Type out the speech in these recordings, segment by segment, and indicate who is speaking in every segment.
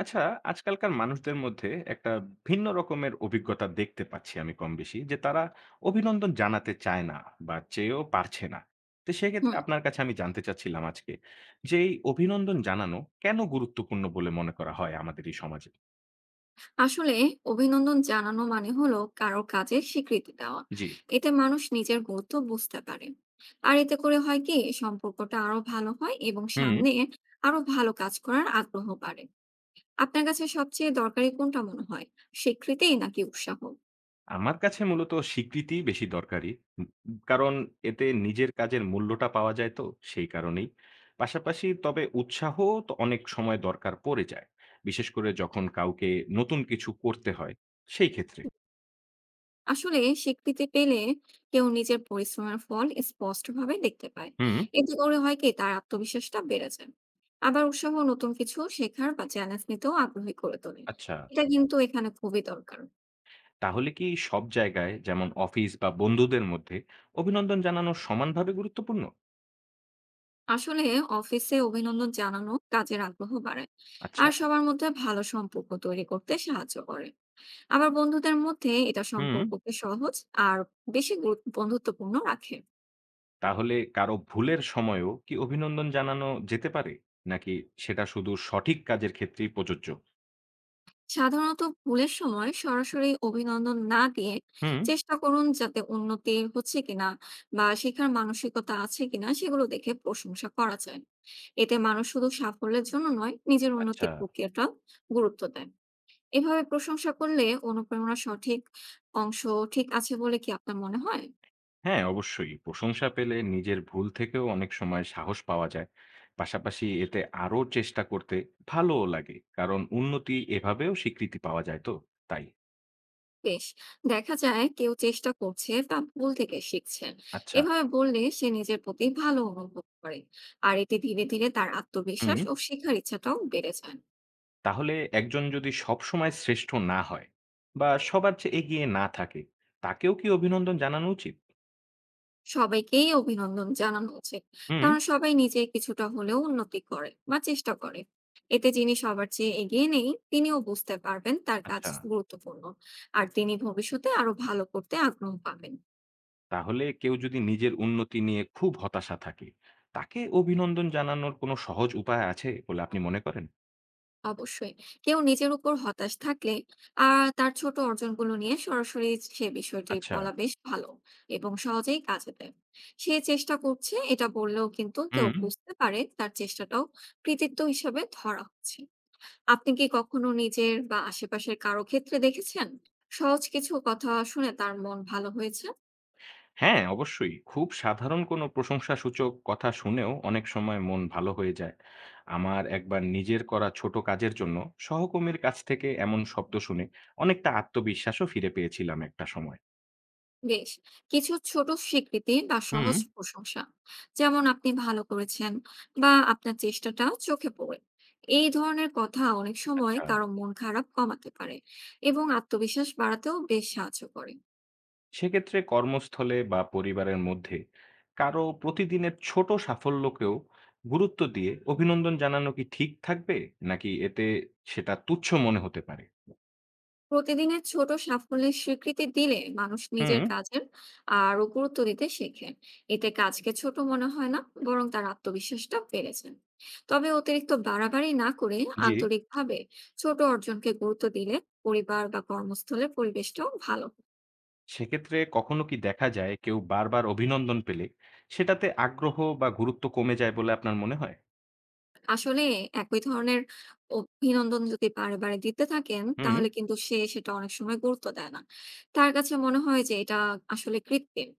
Speaker 1: আচ্ছা, আজকালকার মানুষদের মধ্যে একটা ভিন্ন রকমের অভিজ্ঞতা দেখতে পাচ্ছি আমি কমবেশি যে তারা অভিনন্দন জানাতে চায় না বা চেয়েও পারছে না। তো সেক্ষেত্রে
Speaker 2: হুম
Speaker 1: আপনার কাছে আমি জানতে চাচ্ছিলাম আজকে যে এই অভিনন্দন জানানো কেন গুরুত্বপূর্ণ বলে মনে করা হয় আমাদের এই সমাজে?
Speaker 2: আসলে অভিনন্দন জানানো মানে হলো কারো কাজের স্বীকৃতি দেওয়া।
Speaker 1: জি।
Speaker 2: এতে মানুষ নিজের গুরুত্ব বুঝতে পারে, আর এতে করে হয় কি সম্পর্কটা আরো ভালো হয় এবং
Speaker 1: হু।
Speaker 2: সামনে আরো ভালো কাজ করার আগ্রহ বাড়ে। আপনার কাছে সবচেয়ে দরকারি কোনটা মনে হয়, স্বীকৃতি নাকি উৎসাহ?
Speaker 1: আমার কাছে মূলত স্বীকৃতিই বেশি দরকারি। উম উম কারণ এতে নিজের কাজের মূল্যটা পাওয়া যায় তো, সেই কারণেই। পাশাপাশি তবে উৎসাহ তো অনেক সময় দরকার পড়ে যায়। বিশেষ করে যখন কাউকে নতুন কিছু করতে হয়, সেই ক্ষেত্রে।
Speaker 2: আসলে স্বীকৃতি পেলে কেউ নিজের পরিশ্রমের ফল স্পষ্টভাবে দেখতে পায়,
Speaker 1: হুম,
Speaker 2: এতে করে হয় কি তার আত্মবিশ্বাসটা বেড়ে যায়। আবার উৎসাহ নতুন কিছু শেখার বা চ্যালেঞ্জ নিতেও আগ্রহী করে তোলে।
Speaker 1: আচ্ছা।
Speaker 2: এটা কিন্তু এখানে খুবই দরকার।
Speaker 1: তাহলে কি সব জায়গায় যেমন অফিস বা বন্ধুদের মধ্যে অভিনন্দন জানানো সমানভাবে গুরুত্বপূর্ণ?
Speaker 2: আসলে অফিসে অভিনন্দন জানানো কাজের আগ্রহ বাড়ায়
Speaker 1: আচ্ছা।
Speaker 2: আর সবার মধ্যে ভালো সম্পর্ক তৈরি করতে সাহায্য করে। আবার বন্ধুদের মধ্যে এটা
Speaker 1: হুম।
Speaker 2: সম্পর্ককে সহজ আর বেশি বন্ধুত্বপূর্ণ রাখে।
Speaker 1: তাহলে কারো ভুলের সময়ও কি অভিনন্দন জানানো যেতে পারে? নাকি সেটা শুধু সঠিক কাজের ক্ষেত্রেই প্রযোজ্য?
Speaker 2: সাধারণত ভুলের সময় সরাসরি অভিনন্দন না দিয়ে
Speaker 1: হুম।
Speaker 2: চেষ্টা করুন যাতে উন্নতি হচ্ছে কিনা বা শেখার মানসিকতা আছে কিনা সেগুলো দেখে প্রশংসা করা যায়। এতে মানুষ শুধু সাফল্যের জন্য নয়, নিজের
Speaker 1: আচ্ছা।
Speaker 2: উন্নতির প্রক্রিয়াটা গুরুত্ব দেয়। এভাবে প্রশংসা করলে অনুপ্রেরণা সঠিক অংশ ঠিক আছে বলে কি আপনার মনে হয়?
Speaker 1: হ্যাঁ, অবশ্যই। প্রশংসা পেলে নিজের ভুল থেকেও অনেক সময় সাহস পাওয়া যায়। পাশাপাশি এতে আরো চেষ্টা করতে ভালোও লাগে। কারণ উন্নতি এভাবেও স্বীকৃতি পাওয়া যায় তো, তাই।
Speaker 2: বেশ, দেখা যায় কেউ চেষ্টা করছে বা ভুল থেকে শিখছেন,
Speaker 1: আচ্ছা,
Speaker 2: এভাবে বললে সে নিজের প্রতি ভালো অনুভব করে আর এতে ধীরে ধীরে তার
Speaker 1: হুম।
Speaker 2: আত্মবিশ্বাস ও শেখার ইচ্ছাটাও বেড়ে যায়।
Speaker 1: তাহলে একজন যদি সবসময় শ্রেষ্ঠ না হয় বা সবার চেয়ে এগিয়ে না থাকে, তাকেও কি অভিনন্দন জানানো উচিত?
Speaker 2: সবাইকেই অভিনন্দন জানানো উচিত,
Speaker 1: হুম,
Speaker 2: কারণ সবাই নিজে কিছুটা হলেও উন্নতি করে বা চেষ্টা করে। এতে যিনি সবার চেয়ে এগিয়ে নেই তিনিও বুঝতে পারবেন তার কাজ
Speaker 1: আচ্ছা।
Speaker 2: গুরুত্বপূর্ণ, আর তিনি ভবিষ্যতে আরো ভালো করতে আগ্রহ পাবেন।
Speaker 1: তাহলে কেউ যদি নিজের উন্নতি নিয়ে খুব হতাশা থাকে, তাকে অভিনন্দন জানানোর কোনো সহজ উপায় আছে বলে আপনি মনে করেন?
Speaker 2: অবশ্যই, কেউ নিজের উপর হতাশ থাকলে আর তার ছোট অর্জনগুলো নিয়ে সরাসরি সে বিষয়টি
Speaker 1: আচ্ছা,
Speaker 2: বলা বেশ ভালো এবং সহজেই কাজে দেয়। সে চেষ্টা করছে এটা বললেও কিন্তু কেউ
Speaker 1: হুম।
Speaker 2: বুঝতে পারে তার চেষ্টাটাও কৃতিত্ব হিসাবে ধরা হচ্ছে। আপনি কি কখনো নিজের বা আশেপাশের কারো ক্ষেত্রে দেখেছেন সহজ কিছু কথা শুনে তার মন ভালো হয়েছে?
Speaker 1: হ্যাঁ, অবশ্যই। খুব সাধারণ কোনো প্রশংসাসূচক কথা শুনেও অনেক সময় মন ভালো হয়ে যায়। আমার একবার নিজের করা ছোট কাজের জন্য সহকর্মীর কাছ থেকে এমন শব্দ শুনে অনেকটা আত্মবিশ্বাসও ফিরে পেয়েছিলাম একটা সময়।
Speaker 2: বেশ, কিছু ছোট স্বীকৃতি বা
Speaker 1: হুম।
Speaker 2: সহজ প্রশংসা যেমন আপনি ভালো করেছেন বা আপনার চেষ্টাটা চোখে পড়ে, এই ধরনের কথা অনেক সময়
Speaker 1: আচ্ছা,
Speaker 2: কারো মন খারাপ কমাতে পারে এবং আত্মবিশ্বাস বাড়াতেও বেশ সাহায্য করে।
Speaker 1: সেক্ষেত্রে কর্মস্থলে বা পরিবারের মধ্যে কারো প্রতিদিনের ছোট সাফল্যকেও গুরুত্ব দিয়ে অভিনন্দন জানানো কি ঠিক থাকবে? নাকি এতে সেটা তুচ্ছ মনে হতে পারে?
Speaker 2: প্রতিদিনের ছোট সাফল্যের স্বীকৃতি দিলে মানুষ
Speaker 1: হুম।
Speaker 2: নিজের কাজের আরো গুরুত্ব দিতে শেখে। এতে কাজকে ছোট মনে হয় না, বরং তার আত্মবিশ্বাসটা বেড়েছে। তবে অতিরিক্ত বাড়াবাড়ি না করে
Speaker 1: জি।
Speaker 2: আন্তরিকভাবে ছোট অর্জনকে গুরুত্ব দিলে পরিবার বা কর্মস্থলের পরিবেশটাও ভালো।
Speaker 1: সেক্ষেত্রে কখনো কি দেখা যায় কেউ বারবার অভিনন্দন পেলে সেটাতে আগ্রহ বা গুরুত্ব কমে যায় বলে আপনার মনে হয়?
Speaker 2: আসলে একই ধরনের অভিনন্দন যদি বারে বারে দিতে থাকেন,
Speaker 1: হুম,
Speaker 2: তাহলে কিন্তু সে সেটা অনেক সময় গুরুত্ব দেয় না। তার কাছে মনে হয় যে এটা আসলে কৃত্রিম।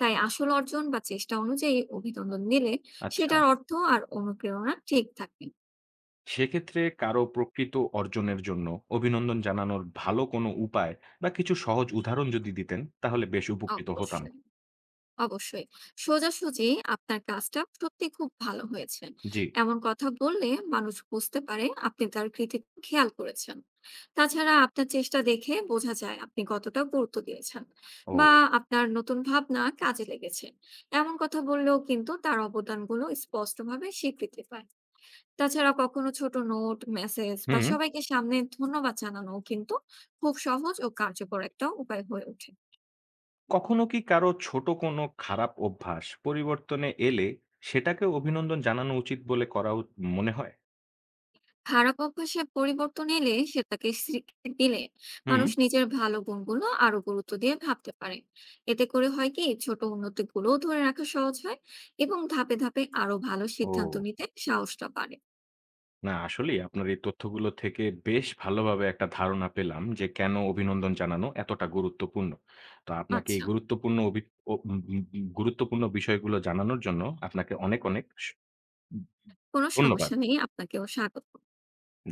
Speaker 2: তাই আসল অর্জন বা চেষ্টা অনুযায়ী অভিনন্দন দিলে
Speaker 1: আচ্ছা।
Speaker 2: সেটার অর্থ আর অনুপ্রেরণা ঠিক থাকে।
Speaker 1: সেক্ষেত্রে কারো প্রকৃত অর্জনের জন্য অভিনন্দন জানানোর ভালো কোনো উপায় বা কিছু সহজ উদাহরণ যদি দিতেন তাহলে বেশ উপকৃত হতাম।
Speaker 2: অবশ্যই। অবশ্যই সোজাসুজি আপনার কাজটা সত্যি খুব ভালো হয়েছে
Speaker 1: জি।
Speaker 2: এমন কথা বললে মানুষ বুঝতে পারে আপনি তার কৃতিত্ব খেয়াল করেছেন। তাছাড়া আপনার চেষ্টা দেখে বোঝা যায় আপনি কতটা গুরুত্ব দিয়েছেন,
Speaker 1: ও
Speaker 2: বা আপনার নতুন ভাবনা কাজে লেগেছে এমন কথা বললেও কিন্তু তার অবদানগুলো স্পষ্টভাবে স্বীকৃতি পায়। তাছাড়া কখনো ছোট নোট, মেসেজ বা
Speaker 1: হুম।
Speaker 2: সবাইকে সামনে ধন্যবাদ জানানো কিন্তু খুব সহজ ও কার্যকর একটা উপায় হয়ে ওঠে।
Speaker 1: কখনো কি কারো ছোট কোনো খারাপ অভ্যাস পরিবর্তনে এলে সেটাকেও অভিনন্দন জানানো উচিত বলে করা উত মনে হয়?
Speaker 2: খারাপ অভ্যাসে পরিবর্তন এলে সেটাকে স্বীকৃতি দিলে
Speaker 1: হুম।
Speaker 2: মানুষ নিজের ভালো গুণগুলো আরো গুরুত্ব দিয়ে ভাবতে পারে। এতে করে হয় কি ছোট উন্নতি গুলো ধরে রাখা সহজ হয় এবং ধাপে ধাপে আরো ভালো সিদ্ধান্ত
Speaker 1: ও
Speaker 2: নিতে সাহসটা বাড়ে।
Speaker 1: না আসলেই আপনার এই তথ্যগুলো থেকে বেশ ভালোভাবে একটা ধারণা পেলাম যে কেন অভিনন্দন জানানো এতটা গুরুত্বপূর্ণ। তো আপনাকে এই
Speaker 2: আচ্ছা,
Speaker 1: গুরুত্বপূর্ণ অভি ও উম উম গুরুত্বপূর্ণ বিষয়গুলো জানানোর জন্য আপনাকে অনেক, অনেক স
Speaker 2: কোনো
Speaker 1: ধন্যবাদ।
Speaker 2: সমস্যা নেই, আপনাকেও স্বাগত।
Speaker 1: জি।